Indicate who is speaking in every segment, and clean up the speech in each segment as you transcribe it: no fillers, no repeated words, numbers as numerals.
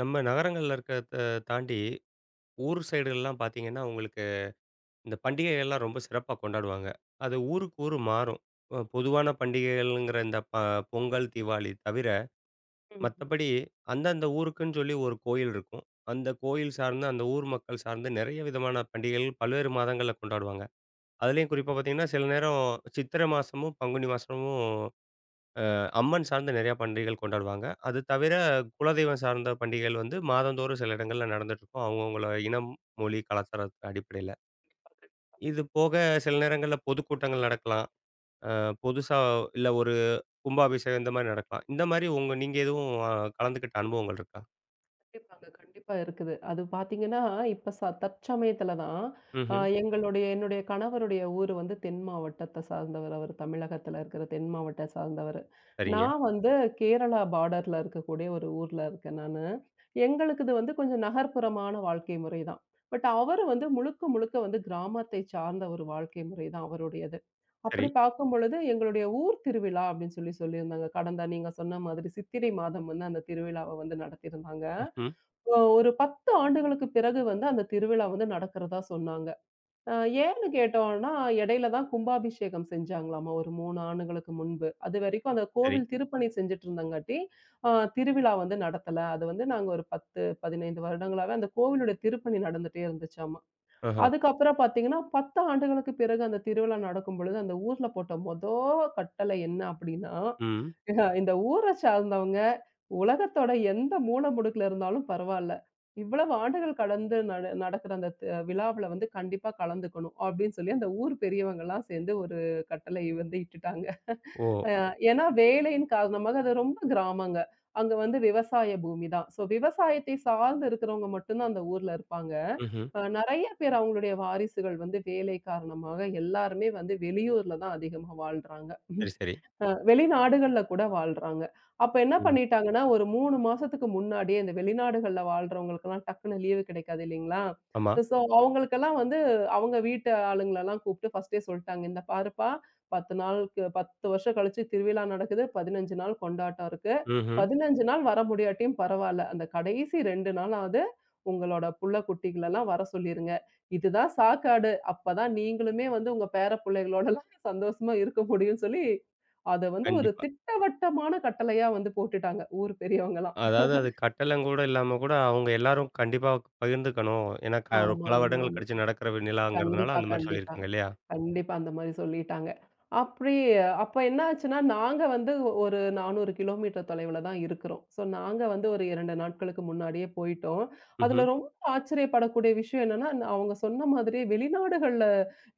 Speaker 1: நம்ம நகரங்கள்ல இருக்கிறத தாண்டி ஊர் சைடுகள்லாம் பார்த்தீங்கன்னா, உங்களுக்கு இந்த பண்டிகைகள்லாம் ரொம்ப சிறப்பா கொண்டாடுவாங்க. அது ஊருக்கு ஊர் மாறும். பொதுவான பண்டிகைகள்ங்கிற இந்த பொங்கல், தீவாளி தவிர,
Speaker 2: ம்ஹ்ம்.
Speaker 1: மத்தபடி அந்தந்த ஊருக்குன்னு சொல்லி ஒரு கோயில் இருக்கும். அந்த கோயில் சார்ந்து, அந்த ஊர் மக்கள் சார்ந்து நெறைய விதமான பண்டிகைகள் பல்வேறு மாதங்கள்ல கொண்டாடுவாங்க. அதுலயும் குறிப்பா பார்த்தீங்கன்னா, சில நேரம் சித்திரை மாசமும், பங்குனி மாசமும் அம்மன் சார்ந்த நிறையா பண்டிகைகள் கொண்டாடுவாங்க. அது தவிர குலதெய்வம் சார்ந்த பண்டிகைகள் வந்து மாதந்தோறும் சில இடங்கள்ல நடந்துட்டுருக்கும். அவங்கவங்கள இனம், மொழி, கலாச்சாரத்தின் அடிப்படையில. இது போக சில நேரங்கள்ல பொதுக்கூட்டங்கள் நடக்கலாம். அ புதுசா இல்ல ஒரு கும்பாபிஷேகம் இந்த மாரி நடக்கலாம். இந்த மாரி நீங்க எதுவும் கலந்துக்கிட்ட அனுபவங்கள் இருக்கா?
Speaker 2: கண்டிப்பாங்க. கண்டிப்பா இருக்குது. அது பார்த்தீங்கன்னா, இப்ப தற்சமயத்துல தான். அ
Speaker 1: ம்ஹ்ம்.
Speaker 2: எங்களுடைய என்னுடைய கணவருடைய ஊர் வந்து தென் மாவட்டத்த சார்ந்தவர். அவர் தமிழகத்துல இருக்கிற தென் மாவட்ட சார்ந்தவர்.
Speaker 1: சரிங்க.
Speaker 2: நான் வந்து கேரளா பார்டர்ல இருக்கக்கூடிய ஒரு ஊர்ல இருக்கேன் நானு. எங்களுக்குது வந்து கொஞ்சம் நகர்ப்புறமான வாழ்க்கை முறை தான். பட் அவரு வந்து முழுக்க, முழுக்க வந்து கிராமத்தை சார்ந்த ஒரு வாழ்க்கை முறை தான் அவருடையது.
Speaker 1: சரி.
Speaker 2: அப்படி பார்க்கும் பொழுது எங்களுடைய ஊர் திருவிழா அப்படின்னு சொல்லியிருந்தாங்க. கடந்த நீங்க சொன்ன மாதிரி சித்திரை மாதம் வந்து அந்த திருவிழாவ வந்து நடத்தியிருந்தாங்க.
Speaker 1: ம்ஹ்ம்.
Speaker 2: ஒரு 10 ஆண்டுகளுக்கு பிறகு வந்து அந்த திருவிழா வந்து நடக்கிறதா சொன்னாங்க. அ ஏன்னு கேட்டோம்னா, இடையில தான் கும்பாபிஷேகம் செஞ்சாங்களாமா ஒரு 3 ஆண்டுகளுக்கு முன்பு. அதுவரைக்கும் அந்த
Speaker 1: சரி.
Speaker 2: கோவில் திருப்பணி செஞ்சுட்டு இருந்தங்காட்டி, அ திருவிழா வந்து நடத்தல. அது வந்து நாங்க ஒரு 10, 15 வருடங்களாவே அந்த கோவிலுடைய திருப்பணி நடந்துட்டே இருந்துச்சாமா.
Speaker 1: ஆஹா.
Speaker 2: அதுக்கப்புறம் பார்த்தீங்கன்னா, 10 ஆண்டுகளுக்கு பிறகு அந்த திருவிழா நடக்கும் பொழுது, அந்த ஊர்ல போட்ட கட்டளை என்ன அப்படின்னா,
Speaker 1: ம்.
Speaker 2: ஆஹா, இந்த ஊர சார்ந்தவங்க, உலகத்தோட எந்த முடுக்குல இருந்தாலும் பரவால்ல. இவ்வளவு ஆண்டுகள் கடந்து நடக்கிற அந்த விழாவுல வந்து கண்டிப்பா கலந்துக்கணும். அப்படின்னு சொல்லி அந்த ஊர் பெரியவங்கலாம் சேர்ந்து ஒரு கட்டளை வந்து இட்டுட்டாங்க.
Speaker 1: ஓ!
Speaker 2: அ ஏன்னா வேலையின் காரணமாக அது ரொம்ப கிராமங்க. அங்க வந்து விவசாய பூமி தான். ஸோ விவசாயத்தை சார்ந்து இருக்கிறவங்க மட்டும் தான் அந்த ஊர்ல இருப்பாங்க.
Speaker 1: ம்ஹ்ம்.
Speaker 2: நெறைய பேர் அவங்களுடைய வாரிசுகள் வந்து வேலை காரணமாக எல்லாருமே வந்து வெளியூர்ல தான் அதிகமா வாழ்றாங்க.
Speaker 1: சரி, சரி.
Speaker 2: வெளிநாடுகள்ல கூட வாழ்றாங்க. அப்ப என்ன
Speaker 1: ம்.
Speaker 2: பண்ணிட்டாங்கன்னா, ஒரு 3 மாசத்துக்கு முன்னாடியே இந்த வெளிநாடுகள்ல வாழ்றவங்களுக்கெல்லாம் டக்குனு லீவு கிடைக்காது இல்லைங்களா?
Speaker 1: ஆமா.
Speaker 2: சோ அவங்களுக்கெல்லாம் வந்து அவங்க வீட்டு ஆளுங்களலாம் கூப்பிட்டு ஃபர்ஸ்ட்டே சொல்ட்டாங்க. "இந்த பாருப்பா 10 நாளுக்கு 10 வருஷம் கழிச்சு திருவிழா நடக்குது. 15 நாள் கொண்டாட்டம் இருக்கு.
Speaker 1: ம்ஹ்ம்.
Speaker 2: 15 நாள் வர முடியாட்டியும் பரவால்ல. அந்த கடைசி 2 நாளாவது உங்களோட புள்ள குட்டிகளெல்லாம் வர சொல்லிருங்க. இதுதான் சாக்காடு. அப்பதான் நீங்களுமே வந்து உங்க பேர பிள்ளைகளோடலாம் சந்தோஷமா இருக்க முடியும்னு" சொல்லி அத வந்து ஒரு
Speaker 1: கண்டிப்பா.
Speaker 2: திட்டவட்டமான கட்டளையா வந்து போட்டுட்டாங்க, ஊர் பெரியவங்கலாம்.
Speaker 1: அதாவது அது கட்டணங்கூட இல்லாம கூட, அவங்க எல்லாரும் கண்டிப்பா பகிர்ந்துக்கணும். ஏன்னா ஒரு
Speaker 2: ஆமா,
Speaker 1: பல
Speaker 2: ஆமா,
Speaker 1: வருடங்கள்
Speaker 2: ஆமா.
Speaker 1: கழிச்சு நடக்கிற நிலாங்கிறதுனால
Speaker 2: கண்டிப்பா,
Speaker 1: அந்த மாரி
Speaker 2: கண்டிப்பா.
Speaker 1: சொல்லியிருக்காங்க இல்லையா?
Speaker 2: கண்டிப்பா அந்த மாரி சொல்லிட்டாங்க. அப்படி அப்ப என்ன ஆச்சுன்னா, நாங்க வந்து ஒரு 400 கிலோமீட்டர் தொலைவுல தான் இருக்கிறோம். ஸோ நாங்க வந்து ஒரு 2 நாட்களுக்கு முன்னாடியே போயிட்டோம்.
Speaker 1: ம்ஹ்ம்.
Speaker 2: அதுல ரொம்ப ஆச்சரியப்படக்கூடிய விஷயம் என்னன்னா, அவங்க சொன்ன மாதிரியே வெளிநாடுகள்ல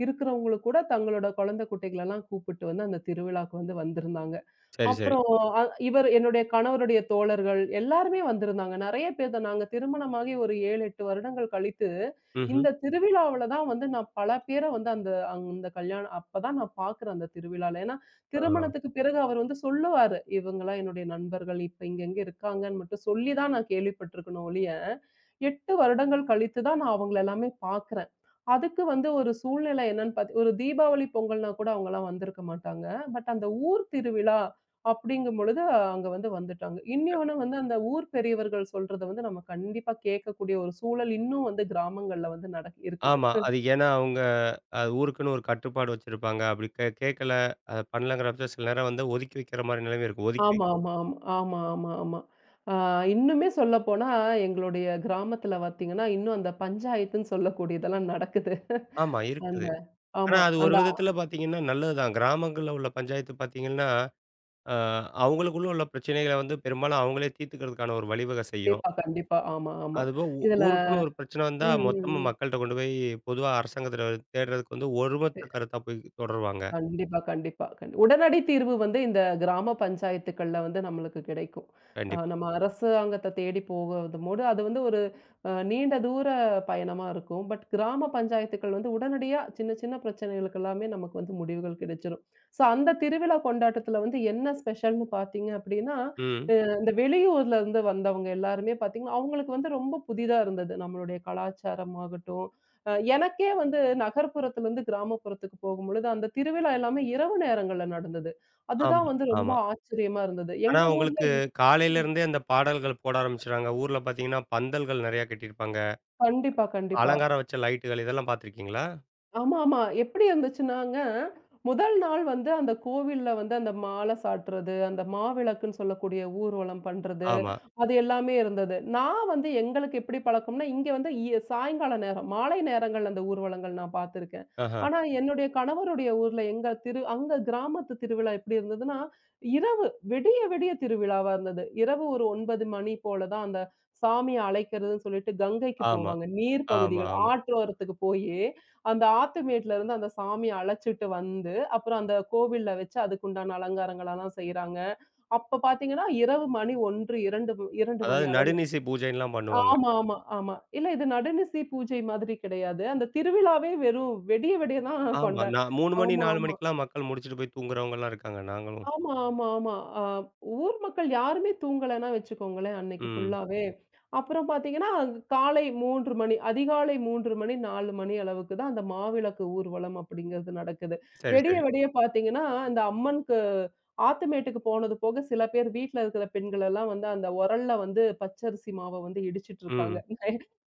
Speaker 2: இருக்கிறவங்களும் கூட தங்களோட குழந்தை குட்டிகளெல்லாம் கூப்பிட்டு வந்து அந்த திருவிழாவுக்கு வந்திருந்தாங்க.
Speaker 1: சரி, சரி.
Speaker 2: அப்புறம் அ இவர் என்னுடைய கணவருடைய தோழர்கள் எல்லாருமே வந்திருந்தாங்க. நெறைய பேர் தான் நாங்க திருமணமாகி ஒரு 7, 8 வருடங்கள் கழித்து,
Speaker 1: ம்ஹ்ம்.
Speaker 2: இந்த திருவிழாவுல தான் வந்து நான் பல பேர வந்து அந்த அந்த கல்யாணம் அப்பதான் நான் பார்க்குறேன் அந்த திருவிழால. ஏன்னா,
Speaker 1: ஆ.
Speaker 2: திருமணத்துக்கு பிறகு அவர் வந்து சொல்லுவாரு. இவங்கலாம் என்னுடைய நண்பர்கள். இப்ப இங்கங்க இருக்காங்கன்னு மட்டும் சொல்லி தான் நான் கேள்விப்பட்டிருக்கணும் ஒழிய, 8 வருடங்கள் கழித்து தான் நான் அவங்கள எல்லாமே பார்க்குறேன். அதுக்கு வந்து ஒரு சூழ்நிலை என்னன்னு பாத்து ஒரு தீபாவளி, பொங்கல்னா கூட அவங்கலாம் வந்திருக்க மாட்டாங்க. பட் அந்த ஊர் திருவிழா அப்படிங்கும் பொழுது அங்க வந்து வந்துட்டாங்க. இன்னொன்னு வந்து அந்த ஊர் பெரியவர்கள் சொல்றத வந்து நம்ம கண்டிப்பா கேட்கக்கூடிய ஒரு சூழல் இன்னும் வந்து கிராமங்கள்ல வந்து இருக்குது.
Speaker 1: ஆமா. அது ஏன்னா அது ஊருக்குன்னு ஒரு கட்டுப்பாடு வச்சிருப்பாங்க. அப்படி கேட்கல, அத பண்ணலங்கிறப்ப சில நேரம் வந்து ஒதுக்கி வைக்கிற மாரி நிலைமை இருக்கும்.
Speaker 2: ஆமா, ஆமா, ஆமா. ஆமா, ஆமா, ஆமா. ஆ இன்னுமே சொல்லப்போனா எங்களுடைய கிராமத்துல பார்த்தீங்கன்னா, இன்னும் அந்த பஞ்சாயத்துன்னு சொல்லக்கூடியதெல்லாம் நடக்குது.
Speaker 1: ஆமா இருக்குது.
Speaker 2: அந்த
Speaker 1: ஆனா
Speaker 2: ஆமா.
Speaker 1: அது ஒரு விதத்தில பார்த்தீங்கன்னா நல்லது தான். கிராமங்கள்ல உள்ள பஞ்சாயத்து பார்த்தீங்கன்னா, அ அவங்களுக்குள்ள உள்ள பிரச்சனைகள வந்து பெரும்பாலும் அவங்களே தீர்த்துக்கிறதுக்கான ஒரு வழிவகை செய்யும்.
Speaker 2: கண்டிப்பா, கண்டிப்பா. ஆமா, ஆமா.
Speaker 1: அதுபோக
Speaker 2: இதுல
Speaker 1: ஊருக்குன்னு ஒரு பிரச்சனை
Speaker 2: ம்,
Speaker 1: வந்தா,
Speaker 2: ம்,
Speaker 1: மொத்தமா
Speaker 2: ம்.
Speaker 1: மக்கள்ட்ட கொண்டு போய் பொதுவா அரசாங்கத்தில தேடுறதுக்கு வந்து ஒருமத்த கருத்தா போய் தொடருவாங்க.
Speaker 2: கண்டிப்பா, கண்டிப்பா. உடனடி தீர்வு வந்து இந்த கிராம பஞ்சாயத்துக்கள்ல வந்து நம்மளுக்கு கிடைக்கும்.
Speaker 1: கண்டிப்பா.
Speaker 2: நம்ம அரசாங்கத்த தேடி போகும்போது, அது வந்து ஒரு நீண்ட தூர பயணமா இருக்கும். பட் கிராம பஞ்சாயத்துக்கள் வந்து உடனடியா சின்ன சின்ன பிரச்சனைகளுக்கு எல்லாமே நமக்கு வந்து முடிவுகள் கிடைச்சிரும். ஸோ அந்த திருவிழா கொண்டாட்டத்துல வந்து என்ன ஸ்பெஷல்ன்னு பார்த்தீங்க அப்படின்னா,
Speaker 1: ம்.
Speaker 2: அ இந்த வெளியூர்ல இருந்து வந்தவங்க எல்லாருமே பார்த்தீங்கன்னா, அவங்களுக்கு வந்து ரொம்ப புதிதா இருந்தது. நம்மளுடைய கலாச்சாரம் ஆகட்டும், எனக்கே வந்து நகர்ப்புறத்துல இருந்து கிராமப்புறத்துக்கு போகும்பொழுது, அந்த திருவிழா எல்லாமே இரவு நேரங்கள்ல நடந்தது. அதுதான்
Speaker 1: ஆமா,
Speaker 2: வந்து ரொம்ப
Speaker 1: ஆமா.
Speaker 2: ஆச்சரியமா இருந்தது.
Speaker 1: ஆனா
Speaker 2: எங்க ஊர்ல.
Speaker 1: உங்களுக்கு காலையில
Speaker 2: ம்.
Speaker 1: இருந்தே அந்த பாடல்கள் போட ஆரம்பிச்சுடுறாங்க. ஊர்ல பார்த்தீங்கன்னா, பந்தல்கள் நெறையா கட்டியிருப்பாங்க.
Speaker 2: கண்டிப்பா, கண்டிப்பா.
Speaker 1: அலங்காரம் வச்ச லைட்டுகள் இதெல்லாம் பார்த்துருக்கீங்களா?
Speaker 2: ஆமாமா. எப்படி இருந்துச்சுன்னாங்க, முதல் நாள் வந்து அந்த கோவில்ல வந்து அந்த மாலை சாட்டுறது, அந்த மாவிளக்குன்னு சொல்லக்கூடிய ஊர்வலம் பண்றது.
Speaker 1: ஆமா.
Speaker 2: அது எல்லாமே இருந்தது. நான் வந்து எங்களுக்கு எப்படி பழக்கம்னா, இங்க வந்து சாயங்கால நேரம், மாலை நேரங்கள்ல அந்த ஊர்வலங்கள் நான் பார்த்துருக்கேன்.
Speaker 1: ஆஹா.
Speaker 2: ஆனா என்னுடைய கணவருடைய ஊர்ல எங்க அங்க கிராமத்து திருவிழா எப்படி இருந்ததுன்னா, இரவு விடிய விடிய திருவிழாவா இருந்தது. இரவு ஒரு 9 மணி போல தான் அந்த சாமிய அழைக்கிறதுன்னு சொல்லிட்டு கங்கைக்கு
Speaker 1: ஆமா,
Speaker 2: போவாங்க. நீர்
Speaker 1: ஆமா,
Speaker 2: பகுதிகள்
Speaker 1: ஆமா.
Speaker 2: ஆற்றோரத்துக்கு போயி, அந்த ஆத்துமேட்ல இருந்து அந்த சாமிய அழைச்சுட்டு வந்து, அப்புறம் அந்த கோவில்ல வச்சு அதுக்குண்டான அலங்காரங்களெல்லாம் செய்றாங்க. அப்ப பார்த்தீங்கன்னா, இரவு மணி 1, 2
Speaker 1: அதாவது
Speaker 2: மணி அளவு.
Speaker 1: நடுநிசி பூஜைன்லாம் பண்ணுவாங்க.
Speaker 2: ஆமா, ஆமா, ஆமா. இல்ல இது நடுநிசி பூஜை மாதிரி கிடையாது. அந்த திருவிழாவே வெறும் வெடிய வெடிய தான்
Speaker 1: ஆமா.
Speaker 2: கொண்ட.
Speaker 1: நான் 3 மணி
Speaker 2: ஆமா.
Speaker 1: 4 மணிக்கெல்லாம் மக்கள் முடிச்சுட்டு போய் தூங்குறவங்கலாம் இருக்காங்க. நாங்களும்.
Speaker 2: ஆமா, ஆமா, ஆமா. அ ஊர் மக்கள் யாருமே தூங்கலன்னா வச்சுக்கோங்களேன், அன்னைக்கு
Speaker 1: ம்.
Speaker 2: ஃபுல்லாவே. அப்புறம் பார்த்தீங்கன்னா, காலை 3 மணி அதிகாலை 3 மணி, 4 மணி அளவுக்கு தான் அந்த மாவிளக்கு ஊர்வலம் அப்படிங்கிறது நடக்குது.
Speaker 1: சரி,
Speaker 2: விடிய
Speaker 1: சரி.
Speaker 2: விடிய பார்த்தீங்கன்னா, இந்த அம்மனுக்கு ஆத்துமேட்டுக்கு போனது போக சில பேர் வீட்ல இருக்கிற பெண்கள் எல்லாம் வந்து அந்த உரல்ல வந்து பச்சரிசி மாவ வந்து இடிச்சிட்டு இருக்காங்க.
Speaker 1: ம்.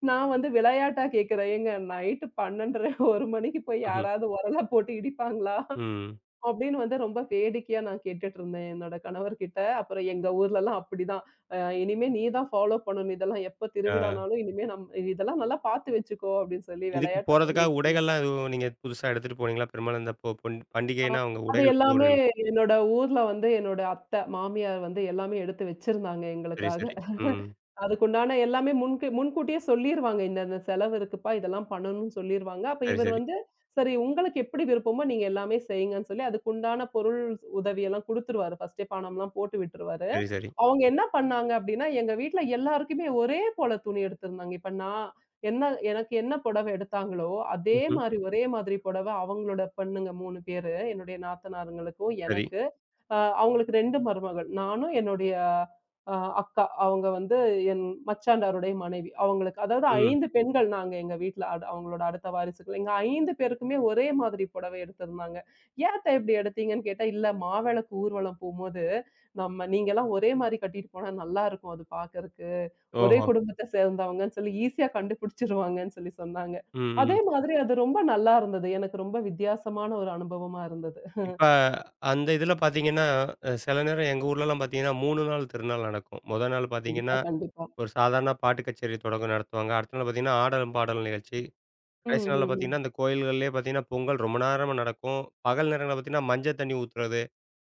Speaker 2: நான் வந்து விளையாட்டா கேட்கிறேன், "ஏங்க நைட்டு 12:30, 1 மணிக்கு போய்
Speaker 1: ம்ஹ்ம்.
Speaker 2: யாராவது உரல போட்டு இடிப்பாங்களா?"
Speaker 1: ம்.
Speaker 2: அப்படின்னு வந்து ரொம்ப வேடிக்கையா நான் கேட்டுட்டு இருந்தேன் என்னோட கணவர்கிட்ட. அப்புறம் எங்க ஊர்லலாம் அப்படிதான். "இனிமே நீ தான் ஃபாலோ பண்ணணும். இதெல்லாம் எப்ப
Speaker 1: ஆ.
Speaker 2: திருவிழானாலும் இனிமே நம் இதெல்லாம் நல்லா பார்த்து வச்சுக்கோ" அப்படின்னு சொல்லி
Speaker 1: இதுக்கு
Speaker 2: விளையாட்டா
Speaker 1: போறதுக்காக
Speaker 2: சொல்லிட்டு இருந்தாரு.
Speaker 1: உடைகள்லாம் எதுவும் நீங்க புதுசா எடுத்துட்டு போனீங்களா? பெரும்பாலும் இந்த பொன்
Speaker 2: ஆ.
Speaker 1: பண்டிகைன்னா அவங்க
Speaker 2: அது
Speaker 1: உடைகள்
Speaker 2: எல்லாமே
Speaker 1: போடுகள்.
Speaker 2: என்னோட ஊர்ல வந்து என்னோட அத்தை, மாமியார் வந்து எல்லாமே எடுத்து வச்சிருந்தாங்க
Speaker 1: சரி,
Speaker 2: எங்களுக்காக.
Speaker 1: சரி. ம்.
Speaker 2: அதுக்குண்டான எல்லாமே முன்கூட்டியே சொல்லிருவாங்க. இந்த இந்த செலவு இருக்குப்பா, இதெல்லாம் பண்ணணும்னு சொல்லிருவாங்க. அப்ப
Speaker 1: சரி,
Speaker 2: இவர்
Speaker 1: சரி.
Speaker 2: வந்து, சரி உங்களுக்கு எப்படி விருப்பமோ நீங்க எல்லாமே செய்யுங்கன்னு சொல்லி, அதுக்குண்டான பொருள் உதவியெல்லாம் குடுத்துருவாரு. ஃபர்ஸ்ட்டே பணம்லாம் போட்டு விட்டுருவாரு.
Speaker 1: சரி, சரி.
Speaker 2: அவங்க
Speaker 1: ம்.
Speaker 2: என்ன பண்ணாங்க அப்படின்னா, எங்க வீட்ல எல்லாருக்குமே ஒரே போல துணி எடுத்திருந்தாங்க. இப்ப நான் என்ன எனக்கு என்ன புடவை எடுத்தாங்களோ, அதே
Speaker 1: ம்ஹ்ம்.
Speaker 2: மாரி ஒரே மாதிரி புடவை அவங்களோட பொண்ணுங்க 3 பேரு, என்னுடைய நாத்தனாருங்களுக்கும்,
Speaker 1: சரி.
Speaker 2: எனக்கு. அவங்களுக்கு 2 மருமகள். நானும் என்னுடைய அ அக்கா. அவங்க வந்து என் மச்சாண்டாருடைய மனைவி. அவங்களுக்கு அதாவது
Speaker 1: ம்.
Speaker 2: 5 பெண்கள் நாங்க எங்க வீட்ல. அவங்களோட அடுத்த வாரிசுகள். எங்க 5 பேருக்குமே ஒரே மாதிரி புடவை எடுத்திருந்தாங்க. "ஏத்த இப்படி எடுத்தீங்கன்னு?" கேட்டா, "இல்ல மாவிளக்கு ஊர்வலம் போம்போது, நம்ம நீங்கலாம் ஒரே மாரி கட்டிட்டு போனா நல்லா இருக்கும் அது பார்க்கறக்கு. ஒரே
Speaker 1: ஓஹோ!
Speaker 2: குடும்பத்த சேர்ந்தவங்கன்னு சொல்லி ஈஸியா கண்டுபிடிச்சுருவாங்கன்னு" சொல்லி சொன்னாங்க.
Speaker 1: ம், ம்.
Speaker 2: அதே மாதிரி அது ரொம்ப நல்லா இருந்தது. எனக்கு ரொம்ப வித்தியாசமான ஒரு அனுபவமா இருந்தது.
Speaker 1: இப்ப அந்த இதுல பார்த்தீங்கன்னா, சில நேரம் எங்க ஊர்லலாம் பார்த்தீங்கன்னா, 3 நாள் திருநாள் நடக்கும். மொத நாள் பார்த்தீங்கன்னா,
Speaker 2: கண்டிப்பா, கண்டிப்பா.
Speaker 1: ஒரு சாதாரண பாட்டு கச்சேரி தொடக்கம் நடத்துவாங்க. அடுத்த நாள் பார்த்தீங்கன்னா, ஆடலும், பாடலும் நிகழ்ச்சி.
Speaker 2: ம்,
Speaker 1: கடைசி நாள்ல
Speaker 2: ம், ம்.
Speaker 1: பார்த்தீங்கன்னா, அந்த கோயில்கள்லயே பார்த்தீங்கன்னா, பொங்கல் ரொம்ப நேரமா நடக்கும். பகல் நேரங்கள்ல பார்த்தீங்கன்னா, மஞ்ச தண்ணி ஊத்துறது,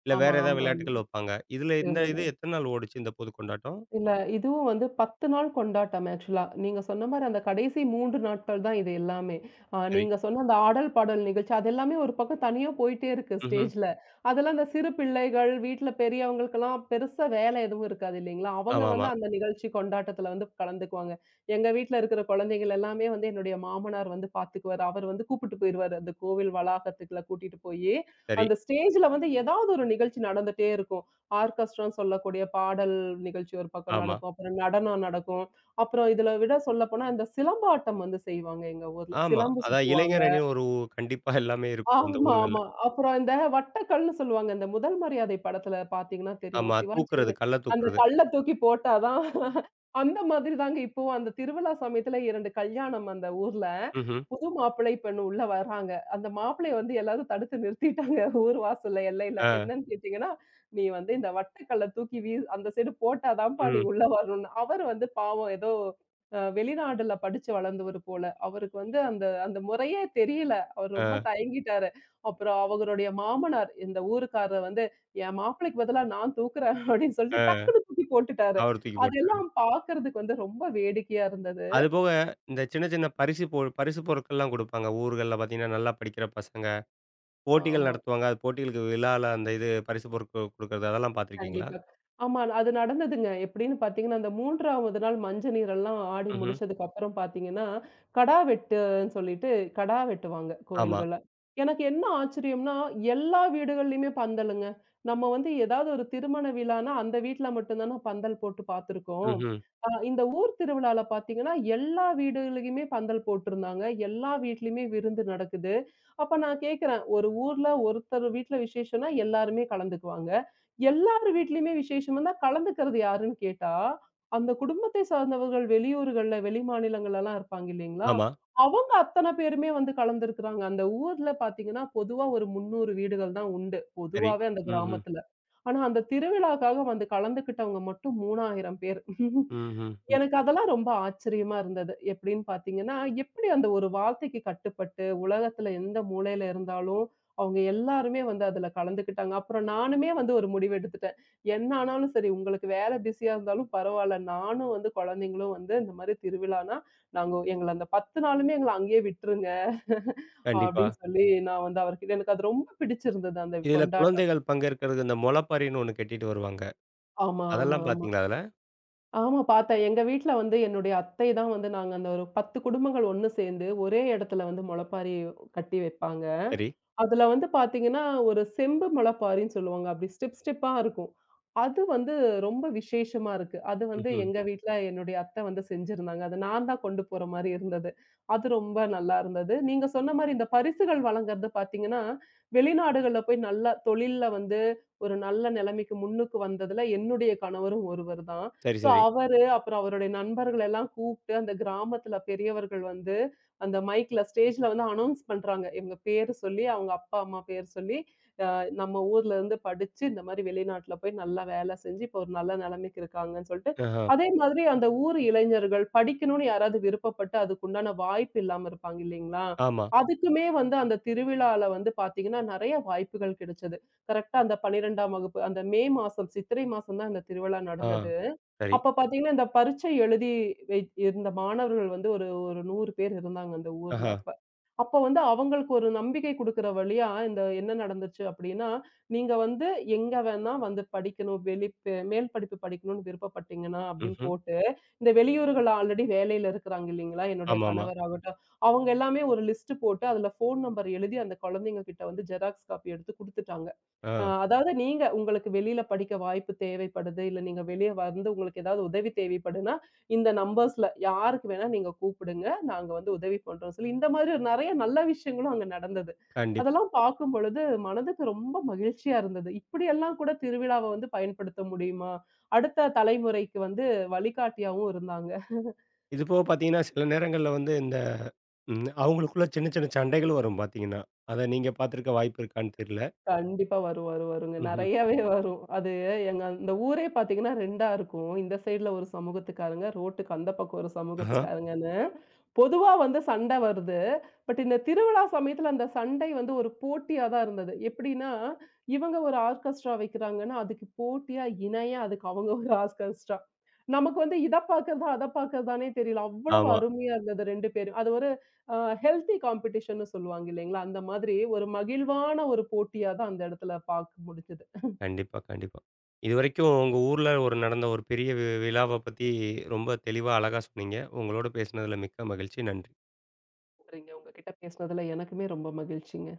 Speaker 1: இல்ல வேற
Speaker 2: ஆமா,
Speaker 1: ஏதாவது
Speaker 2: ஆமா, ஆமா.
Speaker 1: விளையாட்டுகள் வைப்பாங்க. இதுல இந்த
Speaker 2: இருந்தது.
Speaker 1: இது எத்தன நாள் ஓடுச்சு இந்த பொது கொண்டாட்டம்?
Speaker 2: இல்ல இதுவும் வந்து 10 நாள் கொண்டாட்டம் ஆக்சுவலா. நீங்க சொன்ன மாரி அந்த கடைசி 3 நாட்கள் தான் இது எல்லாமே.
Speaker 1: சரி.
Speaker 2: நீங்க சொன்ன அந்த ஆடல், பாடல் நிகழ்ச்சி அது எல்லாமே ஒரு பக்கம் தனியா போயிட்டே இருக்கு
Speaker 1: ம்ஹ்ம்.
Speaker 2: ஸ்டேஜ்ல. அதெல்லாம் அந்த சிறு பிள்ளைகள், வீட்ல பெரியவங்களுக்கெல்லாம் பெருசா வேலை எதுவும் இருக்காது இல்லைங்களா? அவங்க
Speaker 1: ஆமாமா.
Speaker 2: வந்து அந்த நிகழ்ச்சி கொண்டாட்டத்துல வந்து கலந்துக்குவாங்க. எங்க வீட்ல இருக்கிற குழந்தைகள் எல்லாமே வந்து என்னுடைய மாமனார் வந்து பார்த்துக்குவாரு. அவர் வந்து கூப்பிட்டு போயிருவாரு. அந்த கோவில் வளாகத்துக்குள்ள கூட்டிட்டு போயி,
Speaker 1: சரி.
Speaker 2: அந்த ஸ்டேஜ்ல வந்து ஏதாவது ஒரு நிகழ்ச்சி நடந்துட்டே இருக்கும். ஆர்கெஸ்ட்ரான்னு சொல்லக்கூடிய பாடல் நிகழ்ச்சி ஒரு பக்கம்
Speaker 1: ஆமா.
Speaker 2: நடக்கும். அப்புறம் நடனம் நடக்கும். அப்புறம் இதுல விட சொல்லப்போனா, இந்த சிலம்பாட்டம் வந்து செய்வாங்க எங்க ஊர்ல.
Speaker 1: ஆமா.
Speaker 2: சிலம்பு
Speaker 1: அதான்
Speaker 2: சுத்துவாங்க.
Speaker 1: இளைஞர் அணின்னு ஒரு கண்டிப்பா எல்லாமே இருக்கும் அந்த
Speaker 2: ஆமா,
Speaker 1: ஊர்கள்ல.
Speaker 2: ஆமா. அப்புறம் இந்த வட்டக்கல்ன்னு சொல்லுவாங்க. இந்த முதல் மரியாதை படத்துல பார்த்தீங்கன்னா தெரியும்.
Speaker 1: ஆமா.
Speaker 2: சிவாஜி
Speaker 1: தூக்குறது,
Speaker 2: கணே
Speaker 1: கல்ல
Speaker 2: அந்த
Speaker 1: தூக்குறது.
Speaker 2: கல்ல தூக்கி போட்டா தான் அந்த மாதிரி தாங்க. இப்போ அந்த திருவிழா சமயத்துல 2 கல்யாணம் அந்த ஊர்ல.
Speaker 1: ம்ஹ்ம்.
Speaker 2: புது மாப்பிள்ளை பெண்ணு உள்ள வர்றாங்க. அந்த மாப்பிள்ளைய வந்து எல்லாரும் தடுத்து நிறுத்திட்டாங்க ஊர் வாசல்ல எல்லையில.
Speaker 1: ஆ.
Speaker 2: என்னன்னு கேட்டீங்கன்னா, "நீ வந்து இந்த வட்டக்கல்ல தூக்கி வீ அந்த சைடு போட்டா தான்ப்பா நீ
Speaker 1: ம்.
Speaker 2: உள்ள வரணும்னு." அவரு வந்து பாவம் ஏதோ வெளிநாடுல படிச்சு வளர்ந்தவரு போல. அவருக்கு வந்து அந்த அந்த முறையே தெரியல. அவர் ரொம்ப
Speaker 1: ஆ.
Speaker 2: தயங்கிட்டாரு. அப்புறம் அவருடைய மாமனார் இந்த ஊருக்காரர் வந்து, "என் மாப்பிள்ளைக்கு பதிலா நான் தூக்குறேன்" அப்படின்னு
Speaker 1: ஆ.
Speaker 2: சொல்லிட்டு டக்குன்னு தூக்கி போட்டுட்டாரு.
Speaker 1: அவரு தூக்கி போட்டாரு.
Speaker 2: அதெல்லாம் பார்க்கறதுக்கு வந்து ரொம்ப வேடிக்கையா இருந்தது.
Speaker 1: அதுபோக இந்த சின்ன சின்ன பரிசு பொருட்கள்லாம் குடுப்பாங்க. ஊர்கள்ல பார்த்தீங்கன்னா, நல்லா படிக்கிற பசங்க போட்டிகள்
Speaker 2: ஆமா.
Speaker 1: நடத்துவாங்க. அது போட்டிகளுக்கு விழால அந்த இது பரிசு பொருட்கள் குடுக்கறது அதெல்லாம் பார்த்துருக்கீங்களா?
Speaker 2: கண்டிப்பா. ஆமா. அது நடந்ததுங்க. எப்படின்னு பார்த்தீங்கன்னா, அந்த 3வது நாள் மஞ்ச நீரெல்லாம் ஆடி
Speaker 1: ம்ஹ்ம்.
Speaker 2: முடிச்சதுக்கு அப்புறம் பார்த்தீங்கன்னா, கடா வெட்டுன்னு சொல்லிட்டு கடா வெட்டுவாங்க
Speaker 1: ஆமா.
Speaker 2: கோயில்கள்ல. எனக்கு என்ன ஆச்சரியம்னா, எல்லா வீடுகள்லயுமே பந்தலுங்க. நம்ம வந்து ஏதாவது ஒரு திருமண விழான்னா, அந்த வீட்ல மட்டும் தான பந்தல் போட்டு பார்த்துருக்கோம்.
Speaker 1: ம்ஹ்ம்.
Speaker 2: இந்த ஊர் திருவிழால பார்த்தீங்கன்னா, எல்லா வீடுகளுக்குமே பந்தல் போட்டிருந்தாங்க. எல்லா வீட்லயுமே விருந்து நடக்குது. அப்ப நான் கேட்கிறேன், ஒரு ஊர்ல ஒருத்தர் வீட்ல விசேஷம்னா எல்லாருமே கலந்துக்குவாங்க. எல்லார் வீட்லயுமே விசேஷம் வந்தா கலந்துக்கிறது யாருன்னு கேட்டா, அந்த குடும்பத்தை சார்ந்தவர்கள் வெளியூர்கள்ல, வெளி மாநிலங்கள்லலாம் இருப்பாங்க இல்லைங்களா?
Speaker 1: ஆமா.
Speaker 2: அவங்க அத்தன பேருமே வந்து கலந்திருக்கிறாங்க. அந்த ஊர்ல பார்த்தீங்கன்னா, பொதுவா ஒரு 300 வீடுகள் தான் உண்டு.
Speaker 1: சரி.
Speaker 2: பொதுவாவே அந்த
Speaker 1: ம்ஹ்ம்.
Speaker 2: கிராமத்துல. ஆனா அந்த திருவிழாக்காக வந்து கலந்துக்கிட்டவங்க மட்டும் 3000 பேர்.
Speaker 1: ம்ஹ்ம். ம்.
Speaker 2: எனக்கு அதெல்லாம் ரொம்ப ஆச்சரியமா இருந்தது. எப்படின்னு பார்த்தீங்கன்னா, எப்படி அந்த ஒரு வார்த்தைக்கு கட்டுப்பட்டு, உலகத்துல எந்த மூலையில இருந்தாலும் அவங்க எல்லாருமே வந்து அதுல கலந்துக்கிட்டாங்க. அப்புறம் நானுமே வந்து ஒரு முடிவு எடுத்துட்டேன். என்ன ஆனாலும் சரி, உங்களுக்கு வேலை பிஸியா இருந்தாலும் பரவால்ல. நானும் வந்து குழந்தைங்களும் வந்து இந்த மாரி திருவிழான்னா, நாங்க எங்கள அந்த 10 நாளுமே எங்கள அங்கேயே விட்டுருங்க.
Speaker 1: கண்டிப்பா.
Speaker 2: அப்படின்னு சொல்லி நான் வந்து அவர்கிட்ட எனக்கு அது ரொம்ப பிடிச்சிருந்தது அந்த
Speaker 1: இதுல
Speaker 2: கொண்டாட்டம்.
Speaker 1: குழந்தைகள் பங்கேற்கிறதுக்கு இந்த முளப்பரின்னு ஒண்ணு கட்டிட்டு வருவாங்க.
Speaker 2: ஆமா, ஆமா,
Speaker 1: அதெல்லாம்
Speaker 2: ஆமா.
Speaker 1: பார்த்தீங்களா அதுல?
Speaker 2: ஆமா பார்த்தேன். எங்க வீட்ல வந்து என்னுடைய அத்தை தான் வந்து நாங்க அந்த ஒரு 10 குடும்பங்கள் ஒண்ணு சேர்ந்து ஒரே இடத்துல வந்து முளைப்பாரி கட்டி வைப்பாங்க.
Speaker 1: சரி.
Speaker 2: அதுல வந்து பாத்தீங்கன்னா, ஒரு செம்பு முளைப்பாரின்னு சொல்லுவாங்க. அப்படி ஸ்டெப் ஸ்டெப்பா இருக்கும். அது வந்து ரொம்ப விசேஷமா இருக்கு. அது வந்து
Speaker 1: ம்ஹ்ம்.
Speaker 2: எங்க வீட்ல என்னுடைய அத்தை வந்து செஞ்சிருந்தாங்க. அது நான் தான் கொண்டு போற மாரி இருந்தது. அது ரொம்ப நல்லா இருந்தது. நீங்க சொன்ன மாரி இந்த பரிசுகள் வழங்குறது பாத்தீங்கன்னா, வெளிநாடுகள்ல போய் நல்லா தொழில்ல வந்து ஒரு நல்ல நிலைமைக்கு முன்னுக்கு வந்ததுல என்னுடைய கணவரும் ஒருவர் தான்.
Speaker 1: சரி,
Speaker 2: ஸோ
Speaker 1: சரி.
Speaker 2: அவரு, அப்புறம் அவருடைய நண்பர்கள் எல்லாம் கூப்ட்டு அந்த கிராமத்துல பெரியவர்கள் வந்து அந்த மைக்ல, ஸ்டேஜ்ல வந்து அனவுன்ஸ் பண்றாங்க. இவங்க பேரு சொல்லி, அவங்க அப்பா, அம்மா பேர் சொல்லி, நம்ம ஊர்ல இருந்து படிச்சு, இந்த மாரி வெளிநாட்டுல போய் நல்லா வேலை செஞ்சு, இப்போ ஒரு நல்ல நிலைமைக்கு இருக்காங்கன்னு சொல்ட்டு,
Speaker 1: ஆஹா.
Speaker 2: அதே மாதிரி அந்த ஊர் இளைஞர்கள் படிக்கணும்னு யாராவது விருப்பப்பட்டு, அதுக்கு உண்டான வாய்ப்பு இல்லாம இருப்பாங்க இல்லைங்களா?
Speaker 1: ஆமா.
Speaker 2: அதுக்குமே வந்து அந்த திருவிழால வந்து பார்த்தீங்கன்னா, நெறைய வாய்ப்புகள் கிடைச்சது. கரெக்ட்டா அந்த 12ஆம் வகுப்பு, அந்த மே மாசம், சித்திரை மாசம் தான் அந்த திருவிழா
Speaker 1: ஆ.
Speaker 2: நடந்தது.
Speaker 1: சரி.
Speaker 2: அப்ப பார்த்தீங்கன்னா, இந்த பரீட்சை எழுதி வை இருந்த மாணவர்கள் வந்து ஒரு ஒரு 100 பேர் இருந்தாங்க அந்த ஊர்ல
Speaker 1: ஆஹா.
Speaker 2: அப்ப. அப்ப வந்து அவங்களுக்கு ஒரு நம்பிக்கை குடுக்குற வழியா, இந்த என்ன நடந்துச்சு அப்படின்னா, நீங்க வந்து எங்க வேணா வந்து படிக்கணும். வெளி பெ மேல் படிப்பு படிக்கணும்னு விருப்பப்பட்டீங்கன்னா அப்படின்னு
Speaker 1: ம்ஹ்ம்.
Speaker 2: போட்டு, இந்த வெளியூர்கள்ல ஆல்ரெடி வேலையில இருக்கிறாங்க இல்லைங்களா? என்னுடைய
Speaker 1: ஆமாமா.
Speaker 2: கணவர் ஆகட்டும், அவங்க எல்லாமே ஒரு லிஸ்ட் போட்டு, அதுல ஃபோன் நம்பர் எழுதி அந்த குழந்தைங்க கிட்ட வந்து ஜெராக்ஸ் காப்பி எடுத்து குடுத்துட்டாங்க.
Speaker 1: ஆ.
Speaker 2: அதாவது நீங்க உங்களுக்கு வெளியில படிக்க வாய்ப்பு தேவைப்படுது, இல்ல நீங்க வெளிய வந்து உங்களுக்கு ஏதாவது உதவி தேவைப்படுன்னா, இந்த நம்பர்ஸ்ல யாருக்கு வேணா நீங்க கூப்பிடுங்க. நாங்க வந்து உதவி பண்றோம்னு சொல்லி, இந்த மாதிரி நெறைய நல்ல விஷயங்களும் அங்க நடந்தது.
Speaker 1: கண்டிப்பா.
Speaker 2: அதெல்லாம் பார்க்கும் பொழுது மனதுக்கு ரொம்ப மகிழ்ச்சியா இருந்தது. இப்படியெல்லாம் கூட திருவிழாவ வந்து பயன்படுத்த முடியுமா? அடுத்த தலைமுறைக்கு வந்து வழிகாட்டியாவும் இருந்தாங்க.
Speaker 1: இது போக பார்த்தீங்கன்னா, சில நேரங்கள்ல வந்து இந்த அவங்களுக்குள்ள சின்ன சின்ன சண்டைகளும் வரும் பார்த்தீங்கன்னா. அத நீங்க பார்த்துருக்க வாய்ப்பு இருக்கான்னு தெரியல.
Speaker 2: கண்டிப்பா வரும், வரும், வருங்க.
Speaker 1: ம்ஹ்ம்.
Speaker 2: நெறையாவே வரும். அது எங்க அந்த ஊரே பார்த்தீங்கன்னா 2ஆ இருக்கும். இந்த சைடுல ஒரு சமூகத்துக்காரங்க, ரோட்டுக்கு அந்த பக்கம் ஒரு
Speaker 1: ஆஹா.
Speaker 2: சமூகத்துக்காரங்கன்னு. பொதுவா வந்து சண்டை வருது. பட் இந்த திருவிழா சமயத்துல அந்த சண்டை வந்து ஒரு போட்டியா தான் இருந்தது. எப்படின்னா, இவங்க ஒரு ஆர்கெஸ்ட்ரா வைக்கிறாங்கன்னா, அதுக்கு போட்டியா இணையா அதுக்கு அவங்க ஒரு ஆர்கெஸ்ட்ரா. நமக்கு வந்து இத பார்க்கறதா, அத பார்க்கறதானே தெரியல. அவ்வளவு
Speaker 1: ஆமா.
Speaker 2: அருமையா இருந்தது 2 பேரும். அது அ ஹெல்த்தி காம்படிஷன்னு சொல்லுவாங்க இல்லைங்களா? அந்த மாதிரி ஒரு மகிழ்வான ஒரு போட்டியா தான் அந்த இடத்துல பார்க்க முடிஞ்சது.
Speaker 1: கண்டிப்பா, கண்டிப்பா. இதுவரைக்கும் உங்க ஊர்ல ஒரு நடந்த ஒரு பெரிய விழாவ பத்தி ரொம்ப தெளிவா, அழகா சொன்னீங்க. உங்களோட பேசினதுல மிக்க மகிழ்ச்சி. நன்றி.
Speaker 2: உங்ககிட்ட பேசினதுல எனக்குமே ரொம்ப மகிழ்ச்சிங்க.